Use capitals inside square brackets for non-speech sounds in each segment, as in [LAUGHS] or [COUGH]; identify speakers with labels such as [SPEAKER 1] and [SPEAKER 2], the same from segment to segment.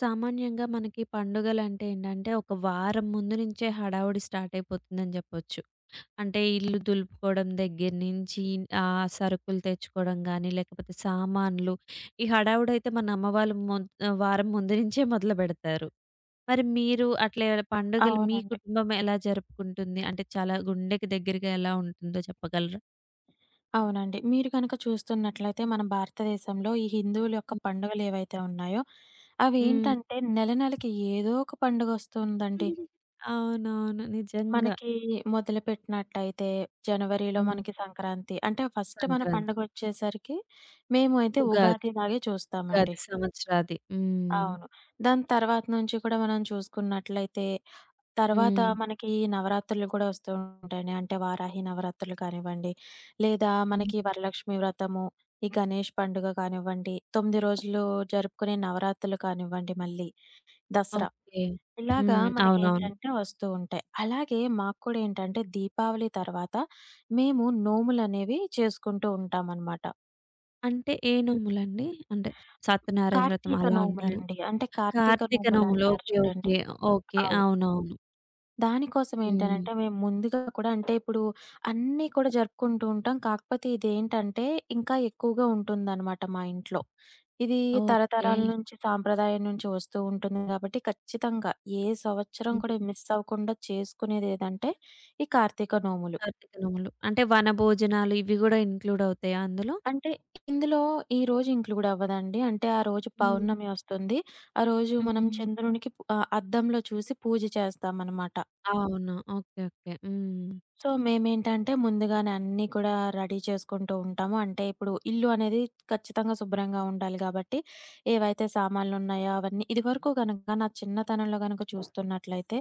[SPEAKER 1] సామాన్యంగా మనకి పండుగలంటే ఏంటంటే, ఒక వారం ముందు నుంచే హడావుడి స్టార్ట్ అయిపోతుందని జెప్పొచ్చు. అంటే ఇల్లు దులుపుకోవడం దగ్గర నుంచి సరుకులు తెచ్చుకోవడం గానీ, లేకపోతే సామాన్లు ఈ హడావుడైతే మన అమ్మ వాళ్ళు వారం ముందు నుంచే మొదలుబెడతారు. మరి మీరు అట్లా ఏమైనా పండుగలు మీ
[SPEAKER 2] అవునండి.
[SPEAKER 1] కుటుంబం ఎలా జరుపుకుంటుంది? అంటే చాలా గుండెకి దగ్గరగా ఎలా ఉంటుందో చెప్పగలరా?
[SPEAKER 2] అవునండి. మీరు గనక చూస్తున్నట్లయితే మన భారతదేశంలో ఈ హిందువుల యొక్క
[SPEAKER 1] హ్మ్.
[SPEAKER 2] పండుగలు ఏవైతే ఉన్నాయో,
[SPEAKER 1] హ్మ్.
[SPEAKER 2] అవేంటంటే నెల నెలకి ఏదో ఒక పండుగొస్తుందండి.
[SPEAKER 1] [LAUGHS] అవునవును. నిజంగా.
[SPEAKER 2] మనకి మొదలుపెట్టినట్టయితే జనవరిలో
[SPEAKER 1] హ్మ్.
[SPEAKER 2] మనకి సంక్రాంతి. అంటే ఫస్ట్ మన
[SPEAKER 1] సంక్రాంతి,
[SPEAKER 2] పండుగొచ్చేసరికి మేమైతే
[SPEAKER 1] ఉగాది.
[SPEAKER 2] ఉగాది లాగే చూస్తామండి.
[SPEAKER 1] ఉగాది సంవత్సరాది. హ్మ్.
[SPEAKER 2] అవును. దాని తర్వాత నుంచి కూడా మనం చూసుకున్నట్లయితే, తర్వాత
[SPEAKER 1] హ్మ్.
[SPEAKER 2] మనకి నవరాత్రులు కూడా వస్తూ ఉంటాయండి. అంటే వారాహి నవరాత్రులు కానివ్వండి, లేదా
[SPEAKER 1] హ్మ్.
[SPEAKER 2] మనకి వరలక్ష్మి వ్రతము, ఈ గణేష్ పండుగ కానివ్వండి, 9 రోజులు జరుపుకునే నవరాత్రులు కానివ్వండి మళ్ళీ, దసరా.
[SPEAKER 1] ఓకే.
[SPEAKER 2] ఇలాగా
[SPEAKER 1] హ్మ్. అవునవును.
[SPEAKER 2] మనకేంటంటే వస్తూ ఉంటాయి. అలాగే మాకు కూడా ఏంటంటే దీపావళి తర్వాత మేము నోములనేవి చేసుకుంటూ ఉంటామనమాట.
[SPEAKER 1] అంటే ఏ నోములండి? అంటే సత్యనారాయణ వ్రతం
[SPEAKER 2] కార్తీక
[SPEAKER 1] అలా అంటారా?
[SPEAKER 2] నోములండి. అంటే కార్తీక
[SPEAKER 1] కార్తీక నోములు.
[SPEAKER 2] నోములంటారు
[SPEAKER 1] ఓకే.
[SPEAKER 2] చూడండి.
[SPEAKER 1] ఓకే. ఓకే.
[SPEAKER 2] అవు
[SPEAKER 1] అవునవును.
[SPEAKER 2] దానికోసం
[SPEAKER 1] హ్మ్.
[SPEAKER 2] ఏంటనంటే, మేము ముందుగా కూడా అంటే ఇప్పుడు అన్నీ కూడా జరుపుకుంటూ ఉంటాం. కాకపోతే ఇదేంటంటే, ఇంకా ఎక్కువగా ఉంటుందనమాట మా ఇంట్లో. ఇది
[SPEAKER 1] ఓకే.
[SPEAKER 2] తరతరాల నుంచి సాంప్రదాయం నుంచి వస్తూ ఉంటుంది గాబట్టి, ఖచ్చితంగా ఏ సంవత్సరం కూడా
[SPEAKER 1] హ్మ్.
[SPEAKER 2] మిస్ అవ్వకుండా చేసుకునేదేదంటే, ఈ కార్తీక నోములు.
[SPEAKER 1] కార్తీక నోములు. అంటే వనభోజనాలు ఇవి గూడా ఇంక్లూడ్ అవుతాయా అందులో?
[SPEAKER 2] అంటే ఇందులో ఈ రోజు ఇంక్లూడ్ అవ్వదండి. అంటే ఆ రోజు
[SPEAKER 1] హ్మ్.
[SPEAKER 2] పౌర్ణమి వస్తుంది. ఆ రోజు మనం
[SPEAKER 1] హ్మ్.
[SPEAKER 2] చంద్రునికి అద్దంలో చూసి పూజ చేస్తామనమాట.
[SPEAKER 1] అవును. ఓకే. ఓకే. హ్మ్.
[SPEAKER 2] సో, మేమేంటంటే ముందుగానే అన్నీ కూడా రెడీ చేసుకుంటూ ఉంటాము. అంటే ఇప్పుడు ఇల్లు అనేది ఖచ్చితంగా శుభ్రంగా ఉండాలి గాబట్టి, ఏవైతే సామాన్లున్నాయో అవన్నీ ఇదివరకు గనక నా చిన్నతనంలో గనక చూస్తున్నట్లయితే,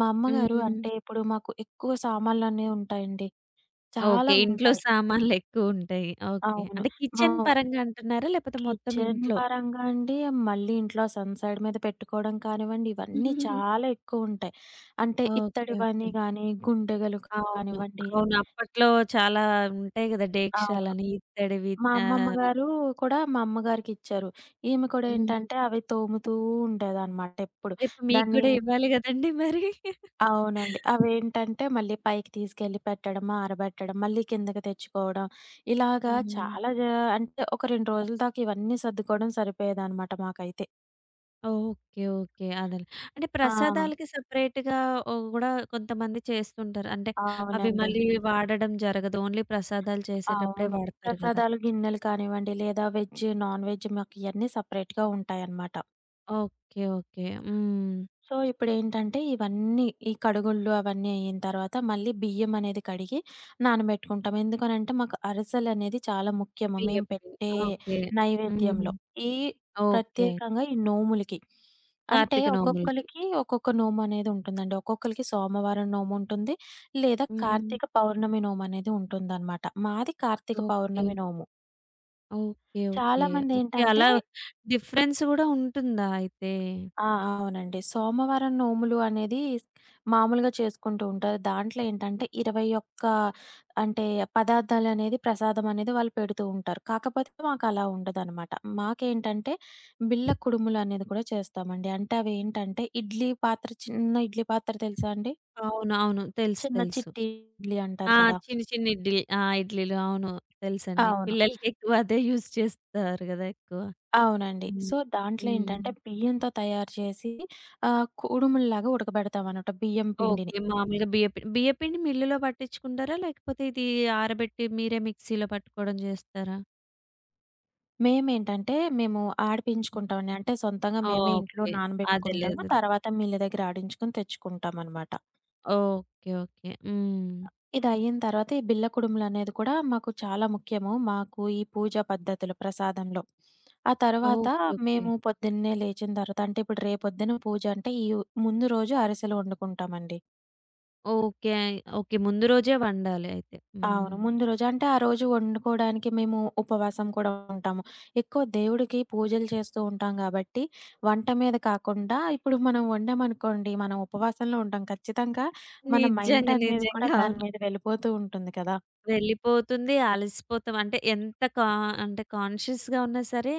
[SPEAKER 2] మా అమ్మగారు అంటే
[SPEAKER 1] హ్మ్.
[SPEAKER 2] ఇప్పుడు మాకు ఎక్కువ సామాన్లనేవి ఉంటాయండి.
[SPEAKER 1] ఓకే.
[SPEAKER 2] చాలా
[SPEAKER 1] ఇంట్లో
[SPEAKER 2] ఉంటాయి.
[SPEAKER 1] సామాన్లెక్కువుంటాయి. ఓకే.
[SPEAKER 2] అవును.
[SPEAKER 1] అంటే
[SPEAKER 2] మా
[SPEAKER 1] కిచెన్ పరంగా అంటున్నారా? లేపోతే మొత్తం
[SPEAKER 2] కిచెన్
[SPEAKER 1] ఇంట్లో?
[SPEAKER 2] పరంగా అండి, మళ్ళీ ఇంట్లో సన్ సైడ్ మీద పెట్టుకోవడం కానివ్వండి, ఇవన్నీ చాలా ఎక్కువుంటాయి. అంటే
[SPEAKER 1] ఓకే. ఓకే.
[SPEAKER 2] ఇత్తడివని గానీ, గుండెగలు
[SPEAKER 1] అవును.
[SPEAKER 2] కానివ్వండి
[SPEAKER 1] అవును. అప్పట్లో చాలా ఉంటాయి గదా!
[SPEAKER 2] అవును.
[SPEAKER 1] డేక్షాలని, ఇత్తడివి
[SPEAKER 2] మా అమ్మమ్మ
[SPEAKER 1] అవి.
[SPEAKER 2] గారు కూడా మా అమ్మగారికిచ్చారు. ఈమె కూడా
[SPEAKER 1] హ్మ్.
[SPEAKER 2] ఏంటంటే అవి తోముతూ ఉండేదనమాట ఎప్పుడు.
[SPEAKER 1] రేపు మీకు
[SPEAKER 2] దాన్ని
[SPEAKER 1] గూడా ఇవ్వాలి గదండీ మరి.
[SPEAKER 2] అవునండి. అవేంటంటే మళ్ళీ పైకి తీసుకెళ్ళి పెట్టడం, ఆరబెట్టడం, మళ్ళీ కిందకి తెచ్చుకోవడం. ఇలాగా
[SPEAKER 1] హ్మ్.
[SPEAKER 2] చాలా జ అంటే ఒక 2 రోజుల దాకా ఇవన్నీ సర్దుకోవడం సరిపోయేదనమాట మాకైతే.
[SPEAKER 1] ఓకే. ఓకే. అదేలే. అంటే
[SPEAKER 2] ఆ!
[SPEAKER 1] ప్రసాదాలకి సెపరేట్‌గా ఓహ్, గూడా కొంతమంది చేస్తుంటారు. అంటే అవి
[SPEAKER 2] అవునండి.
[SPEAKER 1] మళ్ళీ వాడడం జరగదు. ఓన్లీ ప్రసాదాలు చేసేటప్పుడే
[SPEAKER 2] అవును.
[SPEAKER 1] వాడతారు గదా!
[SPEAKER 2] ప్రసాదాలు గిన్నెలు కానివ్వండి, లేదా వెజ్, నాన్ వెజ్ మాకు ఇయన్నీ సెపరేట్‌గా ఉంటాయనమాట.
[SPEAKER 1] ఓకే. ఓకే. హ్మ్.
[SPEAKER 2] సో, ఇప్పుడేంటంటే ఇవన్నీ ఈ కడుగుళ్ళు అవన్నీ అయిన తర్వాత మళ్ళీ బియ్యం అనేది కడిగి నానబెట్టుకుంటాం. ఎందుకనంటే మాకు అరిసెలనేది చాలా ముఖ్యము. మేము
[SPEAKER 1] బియ్యప్పిండి.
[SPEAKER 2] పెట్టే
[SPEAKER 1] ఓకే. హ్మ్.
[SPEAKER 2] నైవేద్యంలో. ఈ
[SPEAKER 1] ఓకే.
[SPEAKER 2] ప్రత్యేకంగా ఈ నోములకి. అంటే
[SPEAKER 1] కార్తీక నోములకి.
[SPEAKER 2] ఒక్కొక్కళ్ళకి ఒక్కొక్క నోమనేది ఉంటుందండి. ఒక్కొక్కళ్ళకి సోమవారం నోముంటుంది. లేదా
[SPEAKER 1] హ్మ్.
[SPEAKER 2] కార్తీక పౌర్ణమి నోమనేది ఉంటుందనమాట. మాది కార్తీక
[SPEAKER 1] ఓకే.
[SPEAKER 2] పౌర్ణమి నోము.
[SPEAKER 1] ఓకే. ఓకే. ఓకే.
[SPEAKER 2] చాలామందేంటంటే
[SPEAKER 1] అలా డిఫరెన్స్ గూడా ఉంటుందా అయితే?
[SPEAKER 2] ఆ! అవునండి. సోమవారం నోములు అనేది మామూలుగా చేసుకుంటూ ఉంటారు. దాంట్లో ఏంటంటే 21 అంటే పదార్థాలనేది ప్రసాదమనేది వాళ్ళు పెడుతూ ఉంటారు. కాకపోతే మాకలా ఉండదనమాట. మాకేంటంటే బిళ్ళ కుడుములు అనేది కూడా చేస్తామండి. అంటే అవేంటంటే ఇడ్లీ పాత్ర చిన్న ఇడ్లీ పాత్ర తెలుసా అండి?
[SPEAKER 1] అవును. అవును. తెలుసు.
[SPEAKER 2] చిన్న
[SPEAKER 1] తెలుసు.
[SPEAKER 2] చిట్టి ఇడ్లీ
[SPEAKER 1] ఆ!
[SPEAKER 2] అంటారు కదా!
[SPEAKER 1] చిన్ని చిన్ని ఇడ్లీ. ఆ! ఇడ్లీలు అవును. తెలుసండి.
[SPEAKER 2] అవును.
[SPEAKER 1] పిల్లలకి ఎక్కువ అదే యూజ్ చేస్తారు గదా! ఎక్కువ.
[SPEAKER 2] అవునండి.
[SPEAKER 1] హ్మ్.
[SPEAKER 2] సో, దాంట్లో
[SPEAKER 1] హ్మ్.
[SPEAKER 2] ఏంటంటే బియ్యంతో తయారు చేసి కుడుముల్లాగా ఉడకబెడతామనమాట బియ్యం పిండిని.
[SPEAKER 1] ఓకే. మామూలుగా బియ్యపిండి, బియ్యపిండి మిల్లులో పట్టించుకుంటారా? లేకపోతే ఇది ఆరబెట్టి మీరే మిక్సీలో పట్టుకోవడం జేస్తారా?
[SPEAKER 2] మేము ఆడిపించుకుంటామండి. అంటే సొంతంగా మేమే ఇంట్లో
[SPEAKER 1] ఓకే. అదేలే.
[SPEAKER 2] నానబెట్టుకుంటాము.
[SPEAKER 1] అదేలే.
[SPEAKER 2] తర్వాత మిల్లు దగ్గర ఆడించుకొని తెచ్చుకుంటామనమాట.
[SPEAKER 1] ఓకే. ఓకే. హ్మ్.
[SPEAKER 2] ఇదయిన తర్వాత ఈ బిళ్ళ కుడుములనేది కూడా మాకు చాలా ముఖ్యము. మాకు ఈ పూజా పద్ధతులు ప్రసాదంలో. ఆ తర్వాత
[SPEAKER 1] ఓకే. ఓకే.
[SPEAKER 2] మేము పొద్దున్నే లేచిన తర్వాత అంటే ఇప్పుడు రేపొద్దున పూజ అంటే ఈ ముందు రోజు అరిసెలు వండుకుంటామండి.
[SPEAKER 1] ఓకే. ఓకే. ముందు రోజే వండాలి అయితే.
[SPEAKER 2] అవును.
[SPEAKER 1] హ్మ్.
[SPEAKER 2] ముందు రోజు అంటే ఆ రోజు వండుకోవడానికి మేము ఉపవాసం కూడా ఉంటాము. ఎక్కువ దేవుడికి పూజలు చేస్తూ ఉంటాం గాబట్టి, వంట మీద కాకుండా ఇప్పుడు మనం వండామనుకోండి, మనం ఉపవాసంలో ఉంటాం. ఖచ్చితంగా మన మైండ్
[SPEAKER 1] నిజంగా.
[SPEAKER 2] అనేది
[SPEAKER 1] నిజంగా.
[SPEAKER 2] కూడా దాని
[SPEAKER 1] అవును.
[SPEAKER 2] మీద వెళ్ళిపోతూ ఉంటుంది కదా!
[SPEAKER 1] వెళ్ళిపోతుంది. అలసిపోతాం. అంటే ఎంత కా అంటే కాన్షియస్‌గా ఉన్నా సరే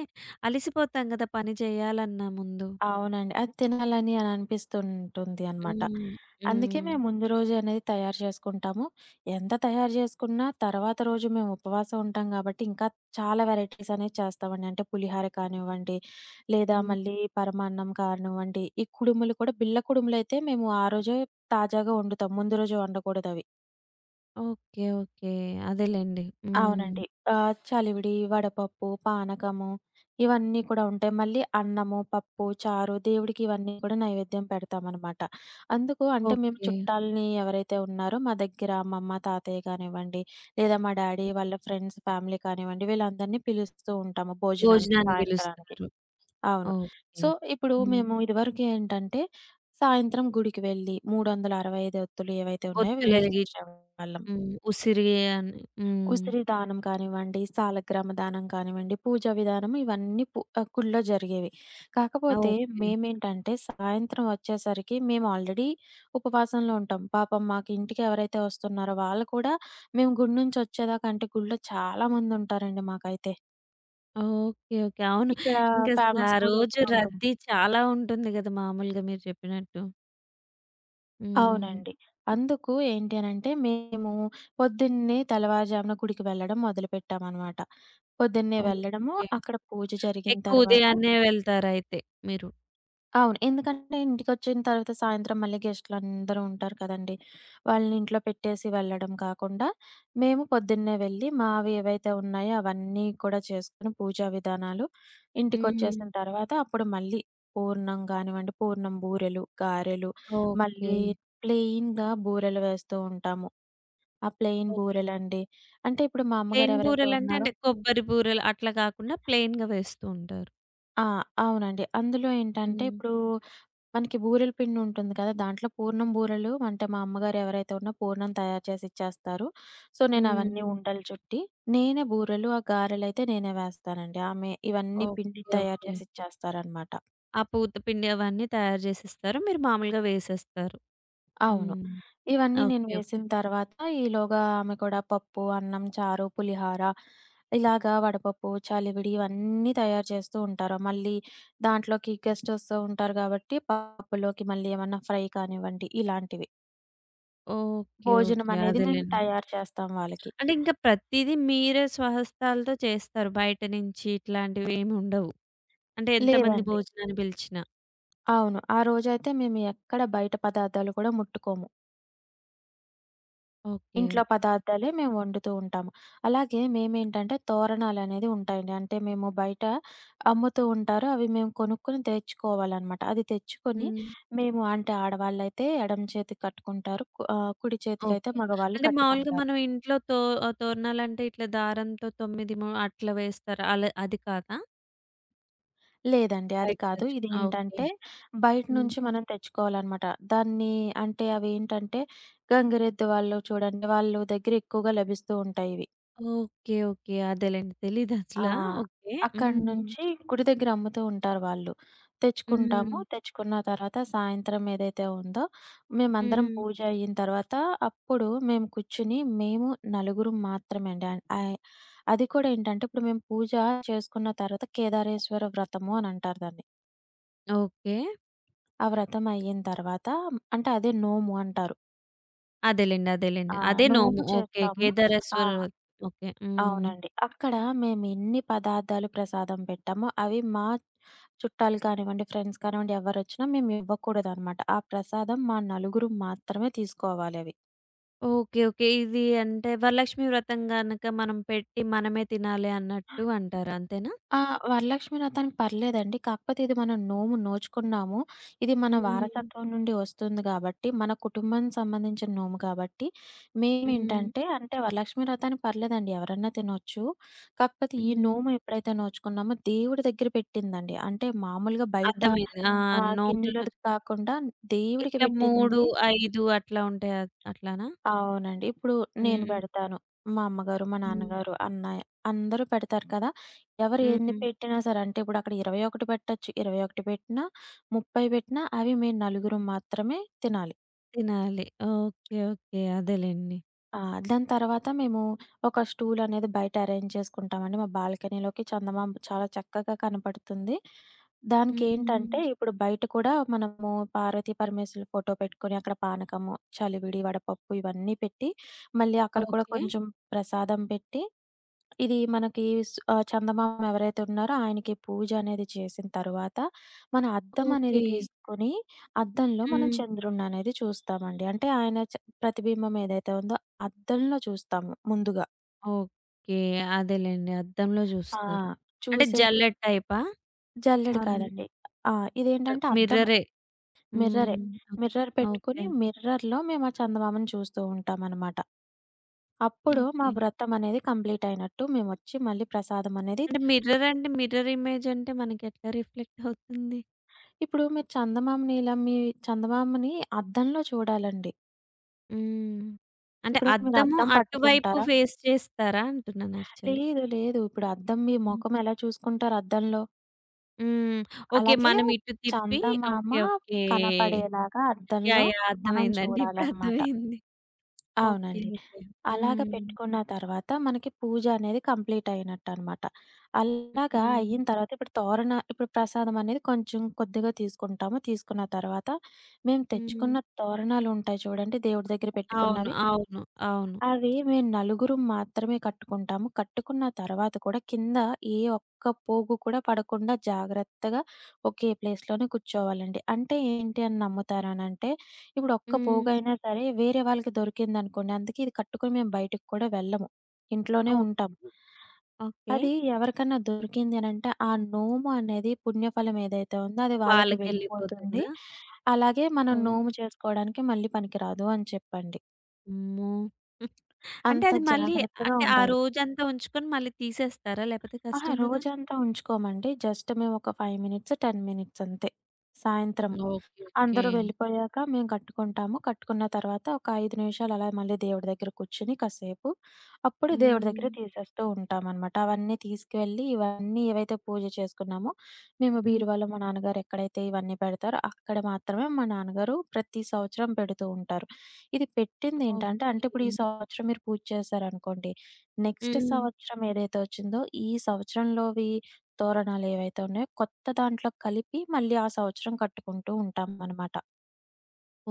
[SPEAKER 1] అలిసిపోతాం గదా! పని చేయాలన్నా ముందు.
[SPEAKER 2] అవునండి. అది తినాలని అని అనిపిస్తుంటుంది అనమాట.
[SPEAKER 1] హ్మ్.
[SPEAKER 2] అందుకే
[SPEAKER 1] హ్మ్.
[SPEAKER 2] మేము ముందు రోజే అనేది తయారు చేసుకుంటాము. ఎంత తయారు చేసుకున్నా తర్వాత రోజు మేము ఉపవాసం ఉంటాం కాబట్టి ఇంకా చాలా వెరైటీస్ అనేవి చేస్తామండి. అంటే పులిహార కానివ్వండి, లేదా
[SPEAKER 1] హ్మ్.
[SPEAKER 2] మళ్ళీ పరమాన్నం కానివ్వండి, ఈ కుడుములు కూడా బిళ్ళ కుడుములైతే మేము ఆ రోజే తాజాగా వండుతాం. ముందు రోజు వండకూడదవి.
[SPEAKER 1] ఓకే. ఓకే. అదేలెండి. హ్మ్.
[SPEAKER 2] అవునండి. చలివిడి, వడపప్పు, పానకము ఇవన్నీ కూడా ఉంటాయి. మళ్ళీ అన్నము, పప్పు, చారు దేవుడికి ఇవన్నీ కూడా నైవేద్యం పెడతామనమాట. అందుకు అంటే మేము
[SPEAKER 1] ఓకే.
[SPEAKER 2] చుట్టాలని ఎవరైతే ఉన్నారో మా దగ్గర అమ్మమ్మ, తాతయ్య కానివ్వండి, లేదా మా డాడీ
[SPEAKER 1] హ్మ్.
[SPEAKER 2] వాళ్ళ ఫ్రెండ్స్, ఫ్యామిలీ కానివ్వండి వీళ్ళందరినీ పిలుస్తూ ఉంటాము భోజనానికి
[SPEAKER 1] భోజనానికి
[SPEAKER 2] సాయంత్రానికి.
[SPEAKER 1] పిలుస్తారు.
[SPEAKER 2] అవును.
[SPEAKER 1] ఓకే.
[SPEAKER 2] సో, ఇప్పుడు
[SPEAKER 1] హ్మ్.
[SPEAKER 2] మేము ఇదివరకు ఏంటంటే సాయంత్రం గుడికి వెళ్లి 365 ఒత్తులు ఏవైతే ఉన్నాయో
[SPEAKER 1] ఒత్తులెలిగి
[SPEAKER 2] వెలిగించేవాళ్ళం.
[SPEAKER 1] హ్మ్. ఉసిరి అని. హ్మ్.
[SPEAKER 2] ఉసిరి దానం కానివ్వండి, సాలగ్రామ దానం కానివ్వండి, పూజా విధానం ఇవన్నీ గుళ్ళో జరిగేవి. కాకపోతే
[SPEAKER 1] ఓకే.
[SPEAKER 2] మేమేంటంటే సాయంత్రం వచ్చేసరికి మేము ఆల్రెడీ ఉపవాసంలో ఉంటాం. పాపం మాకు ఇంటికి ఎవరైతే వస్తున్నారో వాళ్ళు కూడా మేము గుడి నుంచి వచ్చేదాకా అంటే గుడిలో చాలా మందుంటారండి మాకైతే.
[SPEAKER 1] ఓకే. ఓకే. అవును.
[SPEAKER 2] ఇక్కడ
[SPEAKER 1] ఇంకసలు ఆ
[SPEAKER 2] ఫేమస్ గుడి
[SPEAKER 1] రోజు
[SPEAKER 2] ఒకటి ఉంటుంది.
[SPEAKER 1] రద్దీ చాలా ఉంటుంది గదా! మామూలుగా మీరు చెప్పినట్టు. హ్మ్.
[SPEAKER 2] అవునండి. అందుకు ఏంటి అనంటే మేము పొద్దున్నే తెల్లవారుజామున గుడికి వెళ్ళడం మొదలుపెట్టామనమాట. పొద్దున్నే వెళ్ళడము,
[SPEAKER 1] ఓకే.
[SPEAKER 2] అక్కడ పూజ జరిగిన
[SPEAKER 1] ఎక్కువ
[SPEAKER 2] తర్వాత
[SPEAKER 1] ఉదయాన్నే వెళ్తారయితే మీరు.
[SPEAKER 2] అవును. ఎందుకంటే ఇంటికొచ్చిన తర్వాత సాయంత్రం మళ్ళీ గెస్ట్‌లందరూ ఉంటారు కదండీ! వాళ్ళని ఇంట్లో పెట్టేసి వెళ్ళడం కాకుండా, మేము పొద్దున్నే వెళ్ళి మావి ఏవైతే ఉన్నాయో అవన్నీ కూడా చేసుకొని పూజా విధానాలు
[SPEAKER 1] హ్మ్.
[SPEAKER 2] ఇంటికొచ్చేసిన తర్వాత అప్పుడు మళ్ళీ పూర్ణం గానివ్వండి, పూర్ణం బూరెలు, గారెలు,
[SPEAKER 1] ఓకే.
[SPEAKER 2] మళ్ళీ ప్లెయిన్‌గా బూరెలు వేస్తూ ఉంటాము. ఆ ప్లెయిన్
[SPEAKER 1] ఓహ్!
[SPEAKER 2] బూరెలండి. అంటే ఇప్పుడు మా అమ్మగారు
[SPEAKER 1] ప్లెయిన్
[SPEAKER 2] ఎవరైతే
[SPEAKER 1] బూరెలంటే
[SPEAKER 2] ఉన్నారో
[SPEAKER 1] అంటే కొబ్బరి బూరెలు అట్లా కాకుండా ప్లెయిన్‌గా వేస్తూ ఉంటారు.
[SPEAKER 2] ఆ! అవునండి. అందులో ఏంటంటే
[SPEAKER 1] హ్మ్.
[SPEAKER 2] ఇప్పుడు మనకి బూరెల పిండుంటుంది కదా! దాంట్లో పూర్ణం బూరెలు అంటే మా అమ్మగారు ఎవరైతే ఉన్నారో పూర్ణం తయారు చేసి ఇచ్చేస్తారు. సో, నేనవన్నీ
[SPEAKER 1] హ్మ్.
[SPEAKER 2] ఉండలు చుట్టి, నేనే బూరెలు, ఆ గారెలైతే నేనే వేస్తానండి. ఆమె ఇవన్నీ పిండి
[SPEAKER 1] ఓకే.
[SPEAKER 2] తయారు
[SPEAKER 1] ఓకే.
[SPEAKER 2] చేసి ఇచ్చేస్తారనమాట.
[SPEAKER 1] ఆ పూత పిండి అవన్నీ తయారు చేసిస్తారు. మీరు మామూలుగా వేసేస్తారు.
[SPEAKER 2] అవును.
[SPEAKER 1] హ్మ్.
[SPEAKER 2] ఇవన్నీ నేను
[SPEAKER 1] ఓకే. ఓకే.
[SPEAKER 2] వేసిన తర్వాత ఈలోగా ఆమె కూడా పప్పు, అన్నం, చారు, పులిహార ఇలాగా వడపప్పు, చలివిడి ఇవన్నీ తయారు చేస్తూ ఉంటారు. మళ్ళీ దాంట్లోకి గెస్ట్ వస్తూ ఉంటారు కాబట్టి పప్పులోకి మళ్ళీ ఏమన్నా ఫ్రై కానివ్వండి ఇలాంటివి.
[SPEAKER 1] ఓకే.
[SPEAKER 2] భోజనం
[SPEAKER 1] ఓకే.
[SPEAKER 2] అనేది మేము
[SPEAKER 1] అదేలెండి.
[SPEAKER 2] తయారు చేస్తాం వాళ్ళకి.
[SPEAKER 1] అంటే ఇంకా ప్రతీదీ మీరే స్వహస్తాలతో చేస్తారు. బయట నుంచి ఇట్లాంటివేమి ఉండవు. అంటే ఎంతమంది
[SPEAKER 2] లేదండి.
[SPEAKER 1] భోజనాన్ని పిలిచినా.
[SPEAKER 2] అవును. ఆ రోజైతే మేము ఎక్కడ బయట పదార్థాలు కూడా ముట్టుకోము.
[SPEAKER 1] ఓకే.
[SPEAKER 2] ఇంట్లో
[SPEAKER 1] ఓకే.
[SPEAKER 2] పదార్థాలే మేము వండుతూ ఉంటాము. అలాగే మేమేంటంటే తోరణాలనేది ఉంటాయండి. అంటే మేము బయట అమ్ముతూ ఉంటారు. అవి మేము కొనుక్కొని తెచ్చుకోవాలనమాట. అది తెచ్చుకొని
[SPEAKER 1] హ్మ్.
[SPEAKER 2] మేము అంటే ఆడవాళ్ళైతే ఎడమ చేతికి కట్టుకుంటారు. కుడి చేతికైతే
[SPEAKER 1] ఓకే.
[SPEAKER 2] మగవాళ్ళు
[SPEAKER 1] అంటే మామూలుగా
[SPEAKER 2] కట్టుకుంటారు.
[SPEAKER 1] మనం ఇంట్లో తోరణాలంటే ఇట్లా దారంతో 9 ము అట్లా వేస్తారు. అలా అది కాదా?
[SPEAKER 2] లేదండి అది
[SPEAKER 1] బయట
[SPEAKER 2] కాదు.
[SPEAKER 1] తెచ్చు ఓకే.
[SPEAKER 2] ఇదేంటంటే బయట
[SPEAKER 1] హ్మ్.
[SPEAKER 2] నుంచి మనం తెచ్చుకోవాలనమాట. దాన్ని అంటే అవేంటంటే గంగిరెద్దు వాళ్ళు చూడండి, వాళ్ళు దగ్గర ఎక్కువగా లభిస్తూ ఉంటాయి ఇవి.
[SPEAKER 1] ఓకే. ఓకే. అదేలెండి. తెలీదసల.
[SPEAKER 2] ఆ!
[SPEAKER 1] ఓకే.
[SPEAKER 2] అక్కడి
[SPEAKER 1] హ్మ్.
[SPEAKER 2] నుంచి గుడి దగ్గర అమ్ముతూ ఉంటారు వాళ్ళు. తెచ్చుకుంటాము.
[SPEAKER 1] హ్మ్.
[SPEAKER 2] తెచ్చుకున్న తర్వాత సాయంత్రం ఏదైతే ఉందో మేమందరం
[SPEAKER 1] హ్మ్.
[SPEAKER 2] పూజ అయిన తర్వాత అప్పుడు మేము కూర్చొని మేము నలుగురం మాత్రమే అండి. ఆహ్, ఆహ్, అది కూడా ఏంటంటే ఇప్పుడు మేము పూజ చేసుకున్న తర్వాత కేదారేశ్వర వ్రతము అని అంటారు దాన్ని.
[SPEAKER 1] ఓకే.
[SPEAKER 2] ఆ వ్రతం అయిన తర్వాత అంటే అదే నోము అంటారు.
[SPEAKER 1] అదేలెండి. అదేలెండి.
[SPEAKER 2] ఆ!
[SPEAKER 1] అదే నోము.
[SPEAKER 2] నోము
[SPEAKER 1] ఓకే.
[SPEAKER 2] చేస్తాము. ఆ!
[SPEAKER 1] కేదారేశ్వర ఓకే. హ్మ్.
[SPEAKER 2] అవునండి. అక్కడ మేమెన్ని పదార్థాలు ప్రసాదం పెట్టామో, అవి మా చుట్టాలు కానివ్వండి, ఫ్రెండ్స్ కానివ్వండి, ఎవ్వరొచ్చినా మేమివ్వకూడదనమాట. ఆ ప్రసాదం మా నలుగురు మాత్రమే తీసుకోవాలవి.
[SPEAKER 1] ఓకే. ఓకే. ఇది అంటే వరలక్ష్మి వ్రతం గనక మనం పెట్టి మనమే తినాలి అన్నట్టు అంటారు. అంతేనా?
[SPEAKER 2] ఆ! వరలక్ష్మి వ్రతానికి పర్లేదండి. కాకపోతే ఇది మనం నోము నోచుకున్నాము. ఇది మన
[SPEAKER 1] హ్మ్.
[SPEAKER 2] వారసత్వం నుండి వస్తుంది గాబట్టి, మన కుటుంబానికి సంబంధించిన నోము కాబట్టి,
[SPEAKER 1] హ్మ్.
[SPEAKER 2] మేమేంటంటే అంటే వరలక్ష్మి వ్రతానికి పర్లేదండి ఎవరన్నా తినొచ్చు. కాకపోతే ఈ
[SPEAKER 1] హ్మ్.
[SPEAKER 2] నోము ఎప్పుడైతే నోచుకున్నామో దేవుడి దగ్గర పెట్టిందండి. అంటే మామూలుగా బయట
[SPEAKER 1] అర్థమైంది. ఆ! హ్మ్. నోములు
[SPEAKER 2] గిన్నెలోది కాకుండా దేవుడికి
[SPEAKER 1] ఇట్లా
[SPEAKER 2] పెట్టింది
[SPEAKER 1] 3, 5 అట్లా ఉంటాయా? అట్లానా?
[SPEAKER 2] అవునండి. ఇప్పుడు నేను
[SPEAKER 1] హ్మ్.
[SPEAKER 2] పెడతాను. మా అమ్మగారు, మా
[SPEAKER 1] హ్మ్.
[SPEAKER 2] నాన్నగారు, అన్నయ్య అందరూ పెడతారు కదా! ఎవరు ఎన్ని
[SPEAKER 1] హ్మ్.
[SPEAKER 2] పెట్టినా సరే అంటే ఇప్పుడు అక్కడ 21 పెట్టొచ్చు. 21 పెట్టినా, 30 పెట్టినా అవి మేము నలుగురం మాత్రమే తినాలి.
[SPEAKER 1] తినాలి. ఓకే. ఓకే. అదేలెండి.
[SPEAKER 2] ఆ! దాని తర్వాత మేము ఒక స్టూల్ అనేది బయట అరేంజ్ చేసుకుంటామండి. మా బాల్కనీలోకి చందమామ చాలా చక్కగా కనపడుతుంది.
[SPEAKER 1] హ్మ్.
[SPEAKER 2] దానికేంటంటే ఇప్పుడు బయట కూడా మనము పార్వతీ, పరమేశ్వరుల ఫోటో పెట్టుకొని అక్కడ పానకము, చలివిడి, వడపప్పు ఇవన్నీ పెట్టి మళ్ళీ అక్కడ కూడా
[SPEAKER 1] ఓకే.
[SPEAKER 2] కొంచెం ప్రసాదం పెట్టి ఇది మనకి చందమామ ఎవరైతే ఉన్నారో ఆయనకి పూజ అనేది చేసిన తర్వాత, మన అద్దం
[SPEAKER 1] ఓకే.
[SPEAKER 2] అనేది తీసుకొని, అద్దంలో మనం
[SPEAKER 1] హ్మ్.
[SPEAKER 2] చంద్రుడిననేది చూస్తామండి. అంటే ఆయన చ ప్రతిబింబం ఏదైతే ఉందో అద్దంలో చూస్తాము ముందుగా.
[SPEAKER 1] ఓకే. అదేలెండి. అద్దంలో
[SPEAKER 2] ఆ!
[SPEAKER 1] జూస్తారు. అంటే
[SPEAKER 2] చూసిన
[SPEAKER 1] జల్లెడ టైపా?
[SPEAKER 2] జల్లెడ
[SPEAKER 1] నార్మల్
[SPEAKER 2] కాదండి. ఆ! ఇదేంటంటే అద్దమే.
[SPEAKER 1] మిర్రరే. హ్మ్.
[SPEAKER 2] మిర్రరే.
[SPEAKER 1] ఓహ్!
[SPEAKER 2] Mirror
[SPEAKER 1] okay.
[SPEAKER 2] పెట్టుకొని మిర్రర్‌లో మేము ఆ చందమామను చూస్తూ ఉంటామనమాట. అప్పుడు మా
[SPEAKER 1] ఓకే.
[SPEAKER 2] వ్రతం అనేది కంప్లీట్ అయినట్టు మేమొచ్చి మళ్ళీ ప్రసాదం అనేది
[SPEAKER 1] అంటే మిర్రర్ అంటే మిర్రర్ ఇమేజ్ అంటే మనకెట్లా రిఫ్లెక్ట్ అవుతుంది?
[SPEAKER 2] ఇప్పుడు మీరు చందమామని ఇలా మీ చందమామని అద్దంలో చూడాలండి.
[SPEAKER 1] హ్మ్. అంటే
[SPEAKER 2] ఇప్పుడు మీరు
[SPEAKER 1] అద్దము
[SPEAKER 2] అద్దం
[SPEAKER 1] అటువైపు
[SPEAKER 2] పట్టుకుంటారా?
[SPEAKER 1] ఫేస్ చేస్తారా అంటున్నాను యాక్చువల్లీ.
[SPEAKER 2] లేదు. లేదు. ఇప్పుడు అద్దం మీ
[SPEAKER 1] హ్మ్.
[SPEAKER 2] మొఖం ఎలా చూసుకుంటారు అద్దంలో?
[SPEAKER 1] హ్మ్. ఓకే.
[SPEAKER 2] అలాగే
[SPEAKER 1] మనం ఇటు తిప్పి
[SPEAKER 2] చందమామ
[SPEAKER 1] ఓకే. ఓకే.
[SPEAKER 2] కనపడేలాగా
[SPEAKER 1] యాహ్!
[SPEAKER 2] అద్దంలో
[SPEAKER 1] యాహ్!
[SPEAKER 2] మనం
[SPEAKER 1] అర్థమైందండి. ఇప్పుడు
[SPEAKER 2] చూడాలనమాట.
[SPEAKER 1] అర్థమైంది. ఓకే.
[SPEAKER 2] అవునండి.
[SPEAKER 1] ఓకే.
[SPEAKER 2] అలాగ
[SPEAKER 1] హ్మ్.
[SPEAKER 2] పెట్టుకున్న తర్వాత మనకి పూజ అనేది కంప్లీట్ అయినట్టనమాట. అలాగా
[SPEAKER 1] హ్మ్.
[SPEAKER 2] అయిన తర్వాత ఇప్పుడు ప్రసాదం అనేది కొంచెం కొద్దిగా తీసుకుంటాము. తీసుకున్న తర్వాత మేము
[SPEAKER 1] హ్మ్.
[SPEAKER 2] తెచ్చుకున్న తోరణాలుంటాయి చూడండి దేవుడి దగ్గర
[SPEAKER 1] అవును.
[SPEAKER 2] పెట్టుకున్నవి.
[SPEAKER 1] అవును. అవును.
[SPEAKER 2] అవి మేము నలుగురం మాత్రమే కట్టుకుంటాము. కట్టుకున్న తర్వాత కూడా కింద ఏ ఒక్క పోగు కూడా పడకుండా జాగ్రత్తగా ఒకే ప్లేస్‌లోనే కూర్చోవాలండి. అంటే ఏంటి అని నమ్ముతారనంటే, ఇప్పుడు ఒక్క
[SPEAKER 1] హ్మ్.
[SPEAKER 2] పోగైనా సరే వేరే వాళ్ళకి దొరికిందనుకోండి, అందుకే ఇది కట్టుకొని మేము బయటికి కూడా వెళ్ళము. ఇంట్లోనే ఉంటాం.
[SPEAKER 1] ఓకే. ఓకే.
[SPEAKER 2] అది ఎవరికన్నా దొరికింది అనంటే, ఆ నోము అనేది పుణ్యఫలం ఏదైతే ఉందో అది వాళ్ళకి వెళ్ళిపోతుంది.
[SPEAKER 1] వాళ్ళకెళ్ళిపోతుందా?
[SPEAKER 2] అలాగే మనం
[SPEAKER 1] ఓహ్!
[SPEAKER 2] నోము చేసుకోవడానికి మళ్ళీ పనికిరాదు అని చెప్పండి.
[SPEAKER 1] అమ్మో! అంటే
[SPEAKER 2] అంత
[SPEAKER 1] అది మళ్ళీ
[SPEAKER 2] జాగ్రత్తగా
[SPEAKER 1] అంటే ఆ
[SPEAKER 2] ఉండాలి.
[SPEAKER 1] రోజంతా ఉంచుకొని మళ్ళీ తీసేస్తారా? లేపోతే
[SPEAKER 2] అహా!
[SPEAKER 1] కష్టం గదా!
[SPEAKER 2] రోజంతా ఉంచుకోమండి. జస్ట్ మేమొక 5 మినిట్స్, 10 మినిట్స్ అంతే. సాయంత్రం.
[SPEAKER 1] ఓకే. ఓకే.
[SPEAKER 2] అందరూ వెళ్ళిపోయాక మేము కట్టుకుంటాము. కట్టుకున్న తర్వాత ఒక 5 నిమిషాలు అలా మళ్ళీ దేవుడి దగ్గర కూర్చొని కాసేపు, అప్పుడు దేవుడి దగ్గర
[SPEAKER 1] హ్మ్.
[SPEAKER 2] తీసేస్తూ ఉంటామనమాట. అవన్నీ తీసుకువెళ్ళి ఇవన్నీ ఏవైతే పూజ చేసుకున్నామో, మేము
[SPEAKER 1] హ్మ్.
[SPEAKER 2] బీరువాలో మా నాన్నగారు ఎక్కడైతే ఇవన్నీ పెడతారో అక్కడ మాత్రమే మా నాన్నగారు ప్రతి సంవత్సరం పెడుతూ ఉంటారు. ఇది పెట్టిందేంటంటే అంటే ఇప్పుడు ఈ
[SPEAKER 1] ఓకే.
[SPEAKER 2] సంవత్సరం మీరు పూజ చేశారనుకోండి. నెక్స్ట్
[SPEAKER 1] హ్మ్.
[SPEAKER 2] సంవత్సరం ఏదైతే వచ్చిందో ఈ సంవత్సరంలోవి తోరణాలేవైతే ఉన్నాయో కొత్త దాంట్లో కలిపి మళ్ళీ ఆ సంవత్సరం కట్టుకుంటూ ఉంటామనమాట.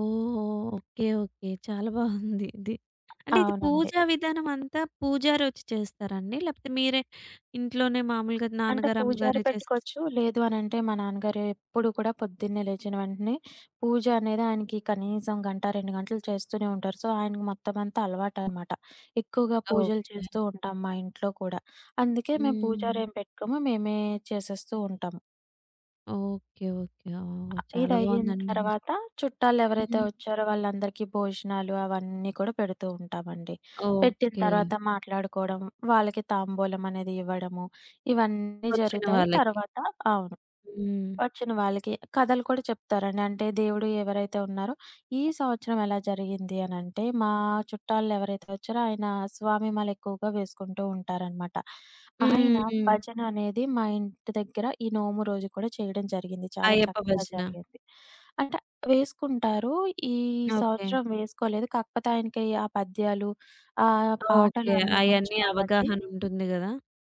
[SPEAKER 1] ఓహో! ఓకే. ఓకే. చాలా బాగుంది ఇది. అంటే ఇది
[SPEAKER 2] అవునండి.
[SPEAKER 1] పూజా విధానం అంతా పూజారొచ్చి చేస్తారండి? లేకపోతే మీరే ఇంట్లోనే మామూలుగా
[SPEAKER 2] అంటే
[SPEAKER 1] నాన్నగారు,
[SPEAKER 2] పూజారి
[SPEAKER 1] అమ్మగారే
[SPEAKER 2] పెట్టుకోవచ్చు. లేదు అనంటే మా నాన్నగారు ఎప్పుడు కూడా పొద్దున్నే లేచిన వెంటనే పూజ అనేది ఆయనకి కనీసం గంట, 2 గంటలు చేస్తూనే ఉంటారు. సో, ఆయనకి మొత్తం అంతా అలవాటనమాట. ఎక్కువగా పూజలు
[SPEAKER 1] ఓకే.
[SPEAKER 2] చేస్తూ ఉంటాం మా ఇంట్లో కూడా. అందుకే మేము
[SPEAKER 1] హ్మ్.
[SPEAKER 2] పూజారేం పెట్టుకోము. మేమే చేసేస్తూ ఉంటాం.
[SPEAKER 1] ఓకే. ఓకే. ఓహ్! చాలా
[SPEAKER 2] ఇదయిన
[SPEAKER 1] బాగుందండి.
[SPEAKER 2] తర్వాత చుట్టాలెవరైతే
[SPEAKER 1] హ్మ్.
[SPEAKER 2] వచ్చారో వాళ్ళందరికీ భోజనాలు అవన్నీ కూడా పెడుతూ ఉంటామండి. పెట్టిన
[SPEAKER 1] ఓకే.
[SPEAKER 2] తర్వాత మాట్లాడుకోవడం, వాళ్ళకి తాంబూలం అనేది ఇవ్వడము, ఇవన్నీ
[SPEAKER 1] వచ్చిన
[SPEAKER 2] జరుగుతాయి.
[SPEAKER 1] వాళ్ళకి.
[SPEAKER 2] తర్వాత అవును.
[SPEAKER 1] హ్మ్.
[SPEAKER 2] వచ్చిన వాళ్ళకి. కథలు కూడా చెప్తారండి. అంటే దేవుడు ఎవరైతే ఉన్నారో, ఈ సంవత్సరం ఎలా జరిగింది అనంటే, మా చుట్టాలు ఎవరైతే వచ్చారో ఆయన స్వామి మాల ఎక్కువగా వేసుకుంటూ ఉంటారనమాట. ఆయన
[SPEAKER 1] హ్మ్.
[SPEAKER 2] భజన అనేది మా ఇంటి దగ్గర ఈ నోము రోజు కూడా చేయడం జరిగింది. చాలా
[SPEAKER 1] అయ్యప్ప
[SPEAKER 2] చక్కగా
[SPEAKER 1] భజన.
[SPEAKER 2] జరిగింది. అంటే వేసుకుంటారు. ఈ
[SPEAKER 1] ఓకే.
[SPEAKER 2] సంవత్సరం వేసుకోలేదు. కాకపోతే ఆయనకి ఆ పద్యాలు, ఆ పాటలు
[SPEAKER 1] ఓకే.
[SPEAKER 2] అన్నీ వచ్చు
[SPEAKER 1] అయన్నీ
[SPEAKER 2] కాబట్టి
[SPEAKER 1] అవగాహనుంటుంది గదా!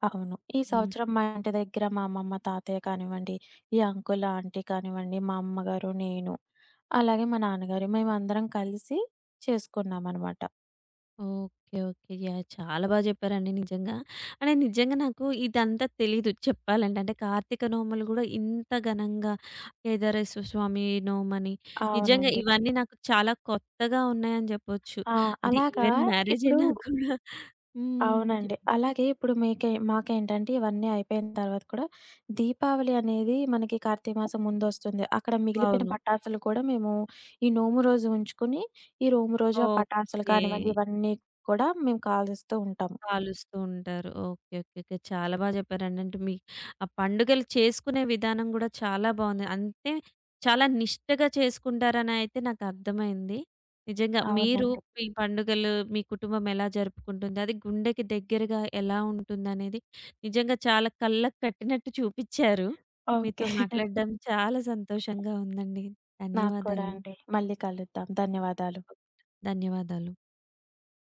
[SPEAKER 2] అవును. ఈ
[SPEAKER 1] హ్మ్.
[SPEAKER 2] సంవత్సరం మా ఇంటి దగ్గర మా అమ్మమ్మ, తాతయ్య కానివ్వండి, ఈ అంకుల్, ఆంటీ కానివ్వండి, మా అమ్మగారు, నేను, అలాగే మా నాన్నగారు మేమందరం కలిసి చేసుకున్నామనమాట.
[SPEAKER 1] ఓకే. ఓకే. యాహ్! చాలా బాగా చెప్పారండి నిజంగా. అంటే నిజంగా నాకు ఇదంతా తెలీదు చెప్పాలంటే. అంటే కార్తీక నోములు గూడా ఇంత ఘనంగా కేదారేశ్వర స్వామి నోమని నిజంగా
[SPEAKER 2] అవునండి.
[SPEAKER 1] ఇవన్నీ నాకు చాలా కొత్తగా ఉన్నాయని జెప్పొచ్చు.
[SPEAKER 2] ఆ!
[SPEAKER 1] అంటే
[SPEAKER 2] అలాగా
[SPEAKER 1] ఈవెన్ మ్యారేజ్
[SPEAKER 2] ఇప్పుడు
[SPEAKER 1] అయినా కూడా హ్మ్.
[SPEAKER 2] అవునండి. అలాగే ఇప్పుడు మీకే మాకేంటంటే ఇవన్నీ అయిపోయిన తర్వాత కూడా దీపావళి అనేది మనకి కార్తీక మాసం ముందొస్తుంది. అక్కడ మిగిలిపోయిన
[SPEAKER 1] అవును.
[SPEAKER 2] పటాసులు కూడా మేము ఈ నోము రోజు ఉంచుకొని, ఈ నోము రోజు ఆ పటాసులు
[SPEAKER 1] ఓకే.
[SPEAKER 2] కానివ్వండి, ఇవన్నీ కూడా మేము కాలుస్తూ ఉంటాము.
[SPEAKER 1] కాలుస్తూ ఉంటారు. ఓకే. ఓకే. ఓకే. చాలా బాగా చెప్పారండి. అంటే మీ ఆ పండుగలు చేసుకునే విధానం గూడా చాలా బావుంది. అంటే చాలా నిష్టగా చేసుకుంటారని అయితే నాకర్థమైంది. నిజంగా మీరు
[SPEAKER 2] అవునండి.
[SPEAKER 1] మీ పండుగలు మీ కుటుంబం ఎలా జరుపుకుంటుంది, అది గుండెకి దగ్గరగా ఎలా ఉంటుందనేది నిజంగా చాలా కళ్ళకి కట్టినట్టు చూపిచ్చారు.
[SPEAKER 2] ఓకే.
[SPEAKER 1] మీతో
[SPEAKER 2] [LAUGHS]
[SPEAKER 1] మాట్లాడడం చాలా సంతోషంగా ఉందండి.
[SPEAKER 2] నాకు కూడా
[SPEAKER 1] ధన్యవాదాలు.
[SPEAKER 2] అండి. మళ్ళీ కలుద్దాం. ధన్యవాదాలు.
[SPEAKER 1] ధన్యవాదాలు.